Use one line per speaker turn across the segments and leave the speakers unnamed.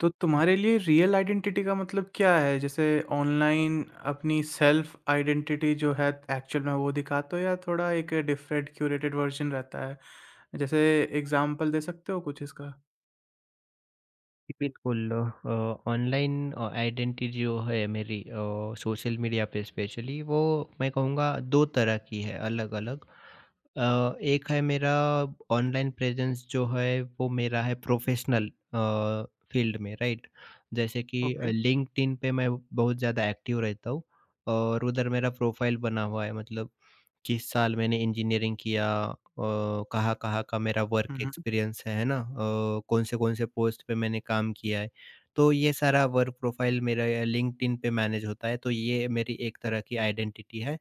तो तुम्हारे लिए रियल आइडेंटिटी का मतलब क्या है? जैसे ऑनलाइन अपनी सेल्फ आइडेंटिटी जो है एक्चुअल में वो दिखाते हो या थोड़ा एक डिफरेंट क्यूरेटेड वर्ज़न रहता है? जैसे एग्ज़ाम्पल दे सकते हो कुछ इसका?
बिल्कुल। अ, ऑनलाइन आइडेंटिटी जो है मेरी, सोशल मीडिया पे स्पेशली, वो मैं कहूँगा 2 तरह की है अलग-अलग। एक है मेरा ऑनलाइन प्रेज़ेंस जो है वो मेरा है प्रोफ़ेशनल फ़ील्ड में, राइट? जैसे कि
ओके।
लिंक्डइन पे मैं बहुत ज़्यादा एक्टिव रहता हूँ और उधर मेरा प्रोफ़ाइल बना हुआ है। मतलब किस साल मैंने इंजीनियरिंग किया, अ, कहाँ-कहाँ का मेरा
हुँ,
वर्क
हुँ,
एक्सपीरियंस है ना? कौन-से-कौन से कौन से पोस्ट पे मैंने काम किया है। तो ये सारा वर्क प्रोफाइल मेरा लिंक्डइन पे मैनेज होता है, तो ये मेरी एक तरह की आइडेंटिटी है।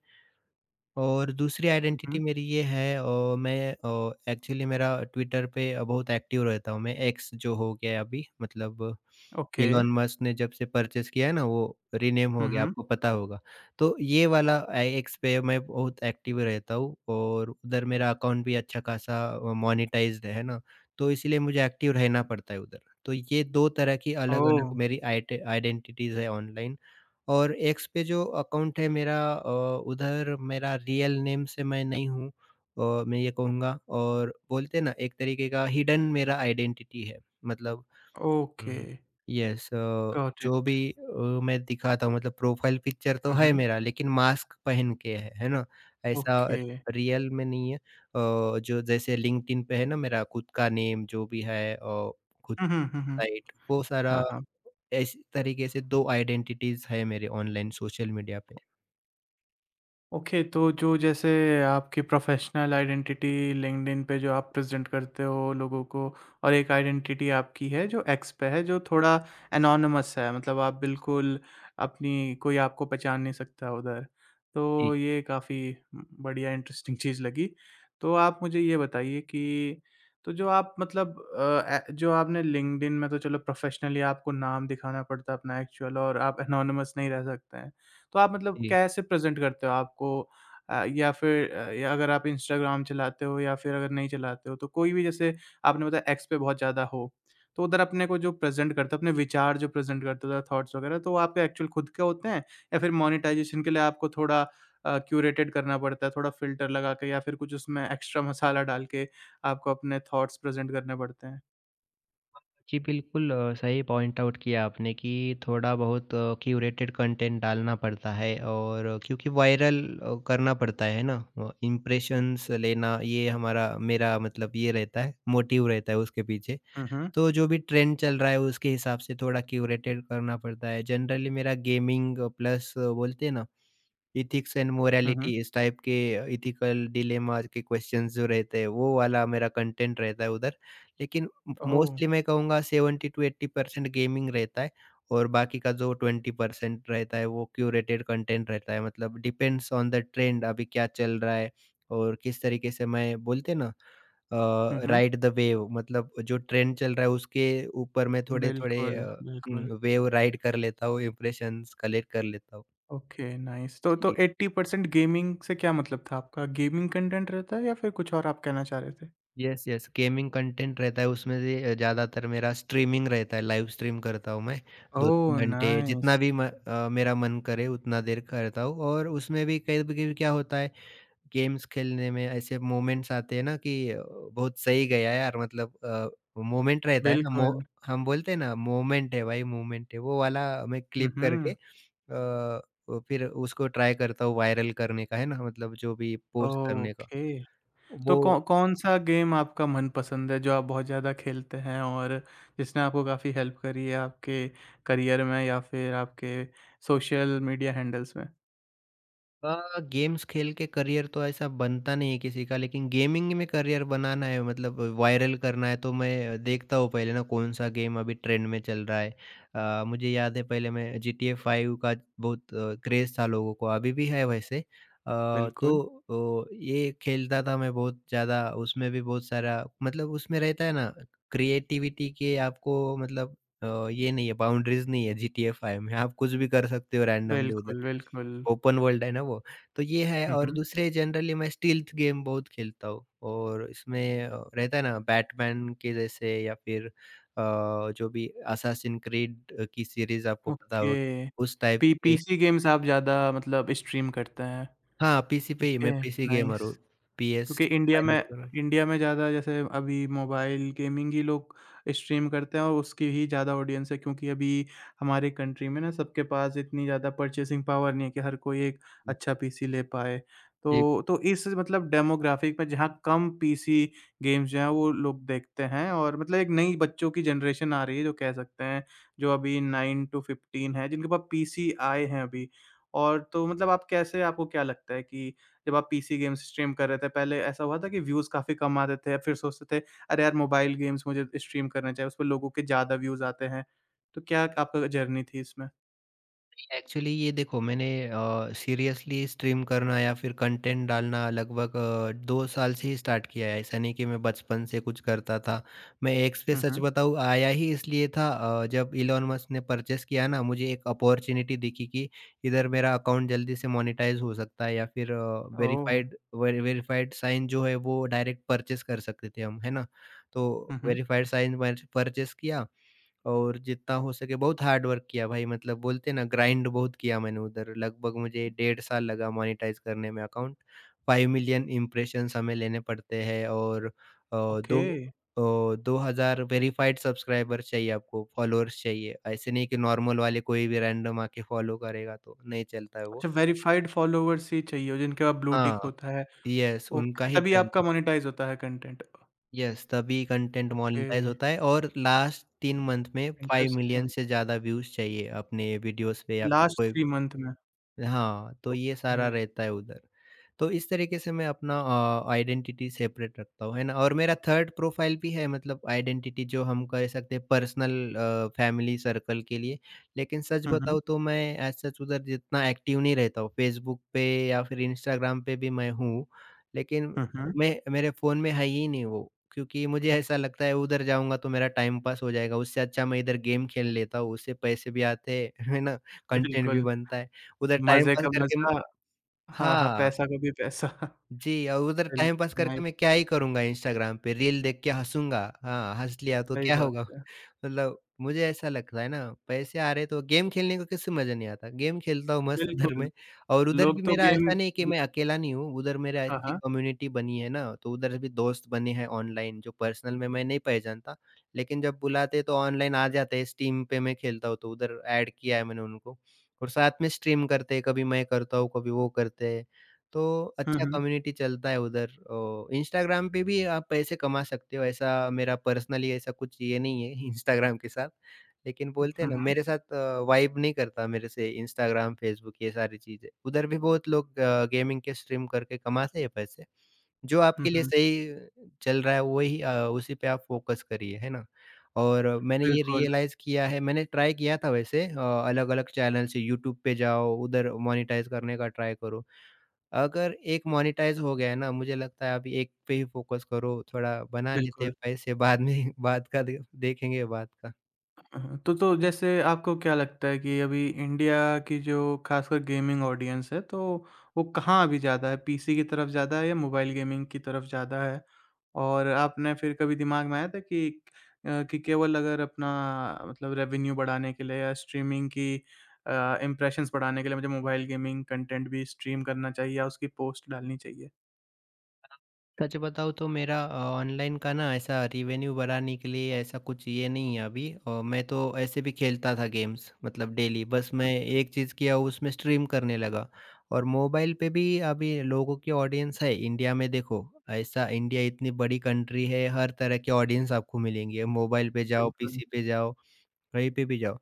और दूसरी
हुँ, हुँ।
आइडेंटिटी मेरी ये है, एक्चुअली मेरा ट्विटर पे बहुत एक्टिव रहता हूँ मैं, एक्स जो हो गया है अभी। मतलब
ओके।
इलॉन मस्क ने जब से परचेज़ किया है ना, वो रीनेम
हुँ,
हो गया,
हुँ।
आपको पता होगा। तो ये वाला एक्स पे मैं बहुत एक्टिव रहता हूँ और उधर मेरा अकाउंट भी अच्छा खासा मोनेटाइज़्ड है ना, तो इसीलिए मुझे एक्टिव रहना पड़ता है उधर। तो ये 2 तरह की
ओह!
अलग-अलग मेरी आइट आइडेंटिटीज़ है ऑनलाइन। और एक्स पे जो अकाउंट है मेरा, उधर मेरा रियल नेम से मैं नहीं हूँ। मैं ये कहूँगा, और बोलते ना, एक तरीके का हिडन मेरा आइडेंटिटी है। मतलब
ओके,
हम्म, यस,
गॉट
जो भी
इट।
मैं दिखाता हूँ मतलब प्रोफाइल पिक्चर तो
हुँ,
है
हुँ।
मेरा, लेकिन मास्क पहन के है ना? ऐसा
ओके।
रियल में नहीं है। जो जैसे लिंक्डइन पे है ना, मेरा खुद का नेम जो भी है, और खुद
हुँ, हुँ, हुँ, हुँ।
साइट वो सारा,
हाँ, हाँ।
इस तरीके से 2 आइडेंटिटीज़ है मेरे ऑनलाइन सोशल मीडिया पे।
ओके, तो जो जैसे आपकी प्रोफ़ेशनल आइडेंटिटी लिंक्डइन पे जो आप प्रेज़ेंट करते हो लोगों को और एक आइडेंटिटी आपकी है जो एक्स पे है जो थोड़ा एनोनिमस है मतलब आप बिल्कुल अपनी कोई आपको पहचान नहीं सकता उधर।
जी।
तो ये काफ़ी बढ़िया इंटरेस्टिंग चीज़ लगी। तो आप मुझे ये बताइए कि तो जो आप मतलब अ, ए जो आपने लिंक्डइन में तो चलो प्रोफ़ेशनली आपको नाम दिखाना पड़ता है अपना एक्चुअल और आप एनोनिमस नहीं रह सकते हैं। तो आप मतलब
जी।
कैसे प्रेज़ेंट करते हो आपको या फिर या अगर आप इंस्टाग्राम चलाते हो या फिर अगर नहीं चलाते हो तो कोई भी जैसे आपने बताया एक्स पे बहुत ज़्यादा हो, तो उधर अपने को जो प्रेज़ेंट करते हो, अपने विचार जो प्रेज़ेंट करते हो, थॉट्स वगैरह तो वो आपके एक्चुअल खुद के होते हैं या फिर मोनेटाइज़ेशन के लिए आपको थोड़ा क्यूरेटेड करना पड़ता है, थोड़ा फ़िल्टर लगा के या फिर कुछ उसमें एक्स्ट्रा मसाला डाल के आपको अपने थॉट्स प्रेज़ेंट करने पड़ते हैं?
जी, बिल्कुल सही पॉइंट आउट किया आपने कि थोड़ा बहुत क्यूरेटेड कंटेंट डालना पड़ता है, और क्योंकि वायरल करना पड़ता है ना, इम्प्रेशंस लेना ये हमारा मेरा मतलब ये रहता है, मोटिव रहता है उसके पीछे।
हुँ, हुँ।
तो जो भी ट्रेंड चल रहा है उसके हिसाब से थोड़ा क्यूरेटेड करना पड़ता है। जनरली मेरा गेमिंग प्लस बोलते हैं ना, एथिक्स एंड
हुँ, हुँ।
मोरालिटी, इस टाइप के एथिकल डिलेमा के क्वेश्चंस जो रहते हैं, वो वाला मेरा कंटेंट रहता है उधर। लेकिन
ओह!
मोस्टली मैं कहूँगा 70 टू 80% गेमिंग रहता है और बाकी का जो 20% रहता है वो क्यूरेटेड कंटेंट रहता है। मतलब डिपेंड्स ऑन द ट्रेंड, अभी क्या चल रहा है और किस तरीके से मैं, बोलते हैं ना,
हुँ,
अ,
हुँ।
राइड द वेव, मतलब जो ट्रेंड चल रहा है उसके ऊपर मैं थोड़े-थोड़े
बिल्कुल, बिल्कुल।
हुँ, वेव राइड कर लेता हूँ, इम्प्रेशंस कलेक्ट कर लेता हूँ।
ओके नाइस तो
जी,
80% गेमिंग से क्या मतलब था आपका? गेमिंग कंटेंट रहता है या फिर कुछ और आप कहना चाह रहे थे?
यस, यस, गेमिंग कंटेंट रहता है उसमें से। ज़्यादातर मेरा स्ट्रीमिंग रहता है, लाइव स्ट्रीम करता हूँ मैं 2-3
ओह!
घंटे,
नाइस
जितना भी मेरा मन करे उतना देर करता हूँ। और उसमें भी कभी-कभी क्या होता है, गेम्स खेलने में ऐसे मोमेंट्स आते हैं ना कि बहुत सही गया यार, मतलब मोमेंट रहता है ना। मो
बिल्कुल।
हम बोलते हैं ना, मोमेंट है भाई, मोमेंट है, वो वाला मैं
हुँ,
क्लिप करके
हुँ।
अ, वो फिर उसको ट्राई करता हूँ वायरल करने का, है ना? मतलब जो भी पोस्ट करने का
ओके तो
वो।
कौ कौन-सा गेम आपका मनपसंद है जो आप बहुत ज़्यादा खेलते हैं और जिसने आपको काफ़ी हेल्प करी है आपके करियर में या फिर आपके सोशल मीडिया हैंडल्स में?
गेम्स खेल के करियर तो ऐसा बनता नहीं है किसी का, लेकिन गेमिंग में करियर बनाना है मतलब वायरल करना है, तो मैं देखता हूँ पहले ना कौन सा गेम अभी ट्रेंड में चल रहा है। मुझे याद है पहले मैं, जी टी ए फाइव का बहुत क्रेज था लोगों को, अभी भी है वैसे।
बिल्कुल।
ये खेलता था मैं बहुत ज़्यादा। उसमें भी बहुत सारा, मतलब उसमें रहता है ना क्रिएटिविटी के आपको, मतलब ये नहीं है, बाउंड्रीज नहीं है जी टी ए फाइव में, आप कुछ भी कर सकते हो रैंडमली उधर।
बिल्कुल, बिल्कुल।
ओपन वर्ल्ड है ना वो। तो ये है,
हुँ,
और
हुँ।
दूसरे जनरली मैं स्टील्थ गेम बहुत खेलता हूँ और इसमें रहता है ना बैटमैन के जैसे, या फिर जो भी असासिन क्रीड की सीरीज़ आपको पता होगी,
ओके।
उस टाइप
पी
के।
पीसी गेम्स आप ज़्यादा मतलब स्ट्रीम करते हैं?
हाँ, पीसी पे ही, मैं
ओके,
पीसी गेमर
नाइस।
हूँ, पीएस
क्योंकि
5 वगैरह।
इंडिया में ज़्यादा जैसे अभी मोबाइल गेमिंग ही लोग स्ट्रीम करते हैं और उसकी ही ज़्यादा ऑडियंस है क्योंकि अभी हमारे कंट्री में ना सबके पास इतनी ज़्यादा परचेसिंग पावर नहीं है कि हर कोई एक अच्छा पीसी ले पाए।
जी।
तो इस मतलब डेमोग्राफिक में जहाँ कम पीसी गेम्स जो हैं वो लोग देखते हैं और मतलब एक नई बच्चों की जनरेशन आ रही है जो कह सकते हैं, जो अभी 9 टू 15 है जिनके पास पीसी आए हैं अभी। और तो मतलब आप कैसे आपको क्या लगता है कि जब आप पीसी गेम्स स्ट्रीम कर रहे थे, पहले ऐसा हुआ था कि व्यूज़ काफ़ी कम आते थे, फिर सोचते थे, "अरे यार! मोबाइल गेम्स मुझे स्ट्रीम करने चाहिए, उसपे लोगों के ज़्यादा व्यूज़ आते हैं।" तो क्या आपका जर्नी थी इसमें?
एक्चुअली, ये देखो, मैंने सीरियसली स्ट्रीम करना या फिर कंटेंट डालना लगभग दो साल से ही स्टार्ट किया है। ऐसा नहीं कि मैं बचपन से कुछ करता था। मैं एक्स पे,
हुँ,
सच
हुँ।
बताऊँ, आया ही इसलिए था। जब इलॉन मस्क ने परचेस किया ना, मुझे एक अपॉर्चुनिटी दिखी कि इधर मेरा अकाउंट जल्दी से मोनेटाइज हो सकता है, या फिर
ओह!
वेरीफाइड वेरीफाइड साइन जो है वो डायरेक्ट परचेस कर सकते थे हम, है ना? तो
हुँ, हुँ।
वेरीफाइड साइन परचेस किया और जितना हो सके बहुत हार्ड वर्क किया भाई, मतलब बोलते हैं ना ग्राइंड, बहुत किया मैंने उधर। लगभग मुझे डेढ़ साल लगा मोनेटाइज करने में अकाउंट। 5 मिलियन इम्प्रेशंस हमें लेने पड़ते हैं, और
ओके।
दो 2000 वेरीफाइड सब्सक्राइबर चाहिए आपको, फॉलोअर्स चाहिए। ऐसे नहीं कि नॉर्मल वाले कोई भी रैंडम आके फॉलो करेगा तो नहीं चलता है वो।
अच्छा वेरिफाइड फॉलोवर्स ही चाहिए हो जिनके पास ब्लू टिक
हाँ,
होता है।
यस, उनका
ओके,
ही
तभी आपका
चलता।
मोनेटाइज़ होता है कंटेंट।
यस, तभी कंटेंट
ओके,
मोनेटाइज़ होता है, और लास्ट 3 मंथ में 5 मिलियन
इंटरेस्टिंग।
से ज़्यादा व्यूज़ चाहिए अपने वीडियोज़ पे, या
लास्ट
कोई।
3 मंथ में।
हाँ, तो ये
ओके।
सारा रहता है उधर। तो इस तरीके से मैं अपना आइडेंटिटी सेपरेट रखता हूँ, है ना? और मेरा थर्ड प्रोफाइल भी है, मतलब आइडेंटिटी जो हम कह सकते हैं पर्सनल, फैमिली सर्कल के लिए। लेकिन सच
हुँ, हुँ।
बताऊँ तो मैं एज़ सच उधर जितना एक्टिव नहीं रहता हूँ। फ़ेसबुक पे या फिर इंस्टाग्राम पे भी मैं हूँ, लेकिन
हुँ, हुँ।
मैं, मेरे फ़ोन में है ही नहीं वो। क्योंकि मुझे ऐसा लगता है उधर जाऊँगा तो मेरा टाइम पास हो जाएगा। उससे अच्छा मैं इधर गेम खेल लेता हूँ, उससे पैसे भी आते हैं, है ना? कंटेंट भी
बिल्कुल।
बनता है। उधर टाइम
मज़े
पास
का
करके म
मज़ा हाँ, हाँ,
हाँ,
पैसा का भी पैसा।
जी, और उधर टाइम
बिल्कुल,
पास करके
नाइ
मैं क्या ही करूँगा इंस्टाग्राम पे, रील देख के हँसूँगा। हाँ, हँस लिया तो
सही
क्या
बात
होगा?
है।
मतलब मुझे ऐसा लगता है ना, पैसे आ रहे तो गेम खेलने का किसे मज़ा नहीं आता? गेम खेलता हूँ मस्त इधर
बिल्कुल,
मैं, और उधर भी
लोग तो
मेरा
गेम
ऐसा नहीं है कि
भी
मैं अकेला नहीं हूँ, उधर मेरा
हाँ,
अच्छी
हाँ।
कम्युनिटी बनी है ना, तो उधर भी दोस्त बने हैं ऑनलाइन जो पर्सनल में मैं नहीं पहचानता। लेकिन जब बुलाते हैं तो ऑनलाइन आ जाते हैं। स्टीम पे मैं खेलता हूँ तो उधर ऐड किया है मैंने उनको, और साथ में स्ट्रीम करते हैं, कभी मैं करता हूँ, कभी वो करते हैं। तो
हुँ,
अच्छा
हुँ।
कम्युनिटी चलता है उधर। इंस्टाग्राम पे भी आप पैसे कमा सकते हो, ऐसा, मेरा पर्सनली ऐसा कुछ ये नहीं है इंस्टाग्राम के साथ। लेकिन
हुँ,
बोलते हैं ना,
हुँ।
मेरे साथ वाइब नहीं करता मेरे से इंस्टाग्राम, फ़ेसबुक, ये सारी चीज़ें। उधर भी बहुत लोग गेमिंग के स्ट्रीम करके कमाते हैं पैसे। जो
हुँ,
आपके लिए
हुँ।
सही चल रहा है वही उसी पे आप फ़ोकस करिए, है ना? और मैंने ये
बिल्कुल,
रियलाइज़ किया है, मैंने ट्राई किया था वैसे अलग-अलग चैनल से, यूट्यूब पे जाओ, उधर मोनेटाइज़ करने का ट्राई करो। अगर एक मोनेटाइज़ हो गया है ना, मुझे लगता है अभी एक पे ही फ़ोकस करो, थोड़ा बना लेते हैं
बिल्कुल।
पैसे, बाद में बाद का दे देखेंगे बाद का।
हाँ, तो जैसे आपको क्या लगता है कि अभी इंडिया की जो खासकर गेमिंग ऑडियंस है, तो वो कहाँ अभी ज़्यादा है? पीसी की तरफ ज़्यादा है या मोबाइल गेमिंग की तरफ ज़्यादा है? और आपने फिर कभी दिमाग में आया था कि कि केवल अगर अपना मतलब रेवेन्यू बढ़ाने के लिए या स्ट्रीमिंग की इम्प्रेशंस बढ़ाने के लिए मुझे मोबाइल गेमिंग कंटेंट भी स्ट्रीम करना चाहिए या उसकी पोस्ट डालनी चाहिए?
सच बताऊँ तो मेरा ऑनलाइन का ना, ऐसा रेवेन्यू बढ़ाने के लिए ऐसा कुछ ये नहीं है अभी। और मैं तो ऐसे भी खेलता था गेम्स, मतलब डेली, बस मैं एक चीज़ किया उसमें, स्ट्रीम करने लगा। और मोबाइल पे भी अभी लोगों की ऑडियंस है इंडिया में, देखो, ऐसा, इंडिया इतनी बड़ी कंट्री है, हर तरह की ऑडियंस आपको मिलेंगी, मोबाइल पे जाओ,
बिल्कुल।
पीसी पे जाओ। कहीं पे भी जाओ।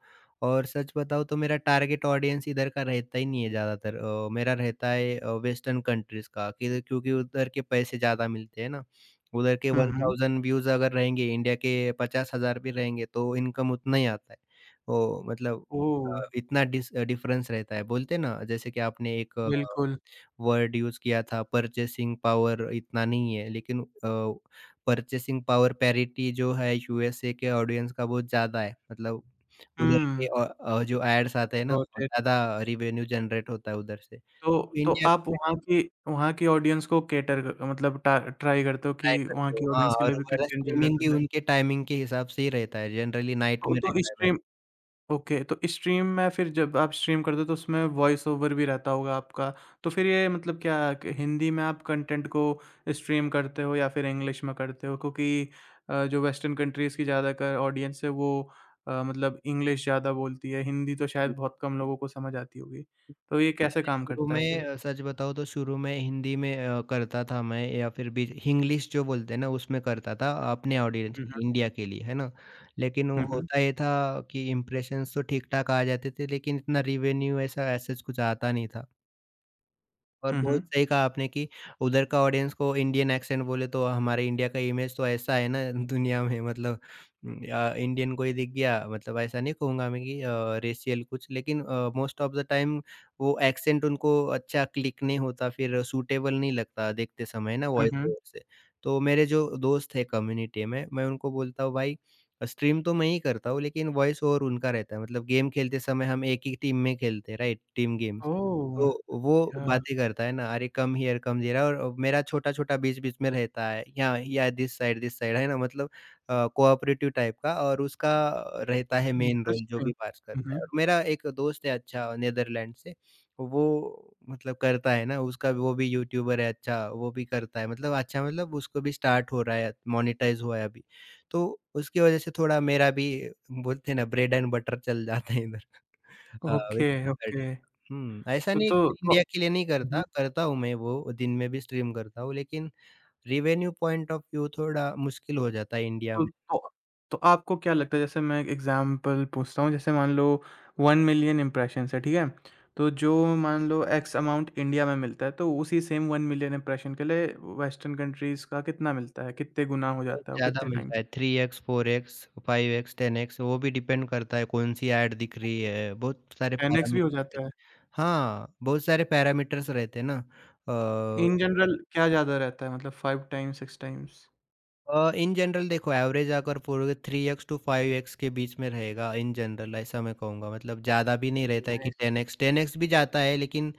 और सच बताऊँ तो मेरा टारगेट ऑडियंस इधर का रहता ही नहीं है ज़्यादातर। मेरा रहता है वेस्टर्न कंट्रीज़ का, कि क्योंकि उधर के पैसे ज़्यादा मिलते हैं ना। उधर के
हुँ, हुँ।
1000 व्यूज़ अगर रहेंगे, इंडिया के 50,000 भी रहेंगे तो इनकम उतना ही आता है। ओ मतलब
ओह!
इतना डिस डिफरेंस रहता है। बोलते हैं ना, जैसे कि आपने एक
बिल्कुल।
वर्ड यूज़ किया था, परचेसिंग पावर इतना नहीं है, लेकिन परचेसिंग पावर पैरिटी जो है यूएसए के ऑडियंस का बहुत ज़्यादा है। मतलब उधर
हुँ,
के जो एड्स आते हैं ना,
गॉट
बहुत
इट।
ज़्यादा रिवेन्यू जनरेट होता है उधर से।
तो
तो
तो
इंडिया
आप
में
वहाँ की ऑडियंस को कैटर क मतलब टा ट्राई करते हो कि
ट्राई
वहाँ
करते हो,
की
हाँ,
ऑडियंस के
और
लिए भी
हमारा
कंटेंट
स्ट्रीमिंग
जनरेट हो
भी
जाए।
उनके टाइमिंग के हिसाब से ही रहता है, जनरली नाइट में
तो
रहता है मैच।
स्ट्रीम ओके, तो स्ट्रीम में फिर जब आप स्ट्रीम करते हो तो उसमें वॉइस ओवर भी रहता होगा आपका, तो फिर ये मतलब क्या क हिंदी में आप कंटेंट को स्ट्रीम करते हो या फिर इंग्लिश में करते हो? क्योंकि जो वेस्टर्न कंट्रीज़ की ज़्यादातर ऑडियंस है वो मतलब इंग्लिश ज़्यादा बोलती है, हिंदी तो शायद बहुत कम लोगों को समझ आती होगी। तो ये कैसे
मैं
काम
शुरू
करता है
में,
फिर?
सच बताऊँ तो शुरू में हिंदी में करता था मैं, या फिर भी हिंग्लिश जो बोलते हैं ना, उसमें करता था अपने ऑडियंस
हुँ,
के लिए,
हुँ।
इंडिया के लिए, है ना। लेकिन वो
हुँ, हुँ।
होता ये था कि इम्प्रेशंस तो ठीक-ठाक आ जाते थे, लेकिन इतना रिवेन्यू, ऐसा ऐसा कुछ आता नहीं था। और
हुँ,
बहुत
हुँ।
सही कहा आपने कि उधर का ऑडियंस को इंडियन एक्सेंट बोले तो, हमारे इंडिया का इमेज तो ऐसा है ना दुनिया में, मतलब इंडियन कोई दिख गया मतलब, ऐसा नहीं कहूँगा मैं कि रेशियल कुछ, लेकिन मोस्ट ऑफ द टाइम वो एक्सेंट उनको अच्छा क्लिक नहीं होता, फिर सूटेबल नहीं लगता देखते समय ना
हुँ,
वॉइस
हुँ।
ओवर से। तो मेरे जो दोस्त है कम्युनिटी में, मैं उनको बोलता हूँ भाई स्ट्रीम तो मैं ही करता हूँ लेकिन वॉइस ओवर उनका रहता है मतलब गेम खेलते समय हम एक ही टीम में खेलते हैं राइट? Team games.
ओह!
तो वो
या
बातें करता है ना, "अरे कम हियर, कम देयर" और मेरा छोटा-छोटा बीच-बीच में रहता है, "यहाँ या दिस साइड" है ना? मतलब कोऑपरेटिव टाइप का और उसका रहता है मेन रोल जो
इंटरेस्टिंग।
भी पास
हुँ,
करता है।
हुँ।
और मेरा एक दोस्त है अच्छा नीदरलैंड से, वो मतलब करता है ना, उसका वो भी यूट्यूबर है अच्छा, वो भी करता है मतलब अच्छा मतलब उसको भी स्टार्ट हो रहा है, मोनेटाइज़ हुआ है अभी। तो उसकी वजह से थोड़ा मेरा भी बोलते हैं ना ब्रेड एंड बटर चल जाता है इधर। हाँ,
ओके,
वेस्टर्न
ओके।
वेराइटीज़ ऐसा
तो
नहीं है कि
तो
मैं
तो
इंडिया के लिए नहीं
हुँ।
करता, करता हूँ मैं वो, दिन में भी स्ट्रीम करता हूँ, लेकिन रेवेन्यू पॉइंट ऑफ व्यू थोड़ा मुश्किल हो जाता है इंडिया
तो
में।
तो तो आपको क्या लगता है जैसे मैं एक एग्ज़ाम्पल पूछता हूँ, जैसे मान लो 1 मिलियन इम्प्रेशंस है, ठीक है? तो जो मान लो एक्स अमाउंट इंडिया में मिलता है, तो उसी सेम 1 मिलियन इम्प्रेशन के लिए वेस्टर्न कंट्रीज़ का कितना मिलता है? कितने गुना हो
बहुत
जाता है वो?
ज़्यादा
कितने
मिलता
टाइम्स?
है 3x, 4x, 5x, 10x। वो भी डिपेंड करता है कौन-सी ऐड दिख रही है, बहुत सारे
10x भी हो
पैरामीटर्स रहते।
जाता है?
हाँ, बहुत सारे पैरामीटर्स रहते हैं ना। अ
इन जनरल क्या ज़्यादा रहता है मतलब 5 टाइम्स, 6 टाइम्स?
इन जनरल देखो एवरेज अगर पूरे 3x टू 5x के बीच में रहेगा इन जनरल, ऐसा मैं कहूँगा। मतलब ज़्यादा भी नहीं रहता है जी। कि
नाइस,
10x 10x भी जाता है, लेकिन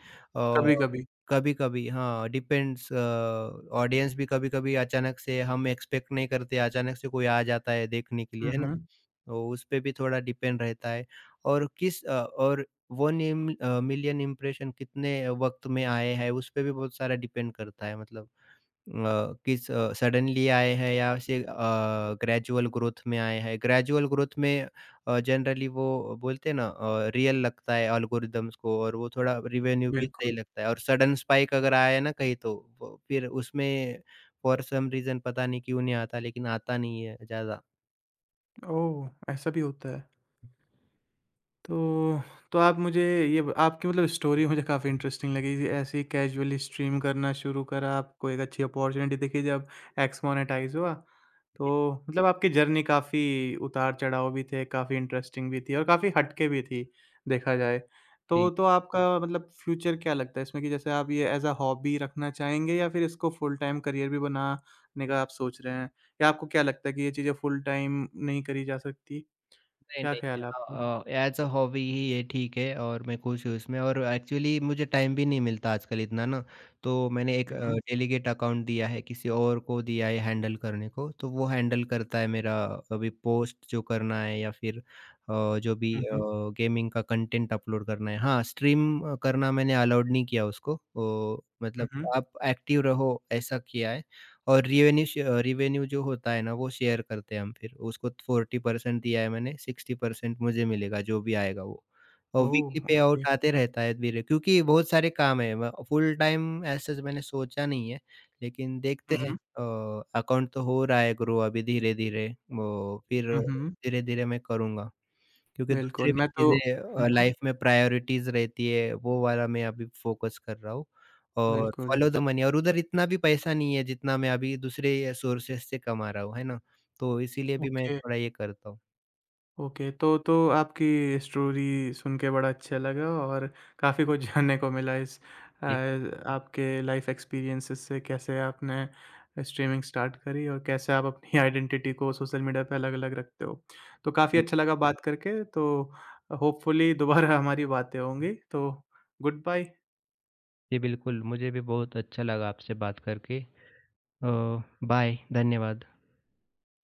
कभी-कभी।
कभी कभी। हाँ, डिपेंड्स ऑडियंस भी, कभी कभी अचानक से हम एक्सपेक्ट नहीं करते। अचानक से कोई आ जाता है देखने के
हुँ,
लिए है ना,
हुँ,
तो उस पे भी थोड़ा डिपेंड रहता है। और 1 million इम्प्रेशन कितने वक्त में आए हैं उस पे भी बहुत सारा डिपेंड करता है। मतलब सडनली आए हैं या ऐसे ग्रेजुअल ग्रोथ में आए हैं। ग्रेजुअल ग्रोथ में जनरली वो बोलते हैं ना रियल लगता है अल्गोरिदम्स को, और वो थोड़ा रिवेन्यू भी सही
बिल्कुल।
लगता है। और सडन स्पाइक अगर आया है ना कहीं, तो वो फिर उसमें फॉर सम रीजन पता नहीं क्यों नहीं आता, लेकिन आता नहीं है ज़्यादा।
ओह! ऐसा भी होता है। तो तो आप मुझे ये ब आपकी मतलब स्टोरी मुझे काफ़ी इंटरेस्टिंग लगी जी, ऐसे ही कैजुअली स्ट्रीम करना शुरू करा, आपको एक अच्छी अपॉर्च्युनिटी दिखी जब एक्स मोनेटाइज़ हुआ। तो मतलब आपकी जर्नी काफ़ी उतार-चढ़ाव भी थे, काफ़ी इंटरेस्टिंग भी थी और काफ़ी हटके भी थी, देखा जाए। तो आपका मतलब फ्यूचर क्या लगता है इसमें कि जैसे आप ये ऐज़ अ हॉबी रखना चाहेंगे या फिर इसको फुल टाइम करियर भी बनाने का आप सोच रहे हैं? या आपको क्या लगता है कि ये चीज़ें फुल टाइम नहीं करी जा सकती?
नहीं,
क्या ख़्याल है आपका?
नहीं, एज़ अ हॉबी ही ये ठीक है और मैं खुश हूँ इसमें। और एक्चुअली मुझे टाइम भी नहीं मिलता आजकल इतना ना, तो मैंने एक
हुँ, हुँ।
डेलीगेट अकाउंट दिया है, किसी और को दिया है हैंडल करने को, तो वो हैंडल करता है मेरा। अभी पोस्ट जो करना है या फिर जो भी
हुँ, हुँ।
गेमिंग का कंटेंट अपलोड करना है। हाँ, स्ट्रीम करना मैंने अलाउड नहीं किया उसको, ओ
हुँ,
मतलब
हुँ।
आप एक्टिव रहो ऐसा किया है। और रिवेन्यू जो होता है ना वो शेयर करते हैं हम फिर, उसको 40% दिया है मैंने, 60% मुझे मिलेगा जो भी आएगा वो। और वीकली
ओह!
पे आउट
ओके।
आते रहता है धीरे, क्योंकि बहुत सारे काम है। म फुल टाइम ऐसे ज मैंने सोचा नहीं है, लेकिन
हुँ,
देखते हैं
हुँ।
अकाउंट तो हो रहा है ग्रो अभी धीरे-धीरे। वो फिर
हुँ, हुँ।
धीरे-धीरे मैं करूँगा। क्योंकि दूसरी
बिल्कुल,
भी
मैं तो
चीज़ें
हुँ, हुँ,
लाइफ में प्रायोरिटीज़ रहती है, वो वाला मैं अभी फ़ोकस कर रहा हूँ और
बिल्कुल।
Follow the money. और उधर इतना भी पैसा नहीं है, जितना मैं अभी दूसरे सोर्सेज़ से कमा रहा हूँ, है ना? तो इसीलिए भी मैं
ओके,
थोड़ा ये करता हूँ।
ओके। तो आपकी स्टोरी सुन के बड़ा अच्छा लगा और काफ़ी कुछ जानने को मिला इस अ,
जी,
आपके लाइफ़ एक्सपीरियंसेस से कैसे आपने स्ट्रीमिंग स्टार्ट करी और कैसे आप अपनी आइडेंटिटी को सोशल मीडिया पे अलग-अलग रखते हो। तो काफ़ी
जी,
अच्छा लगा बात करके, तो होपफुली दोबारा हमारी बातें होंगी, तो गुड बाय।
जी, बिल्कुल। मुझे भी बहुत अच्छा लगा आपसे बात करके। अ, बाय, धन्यवाद।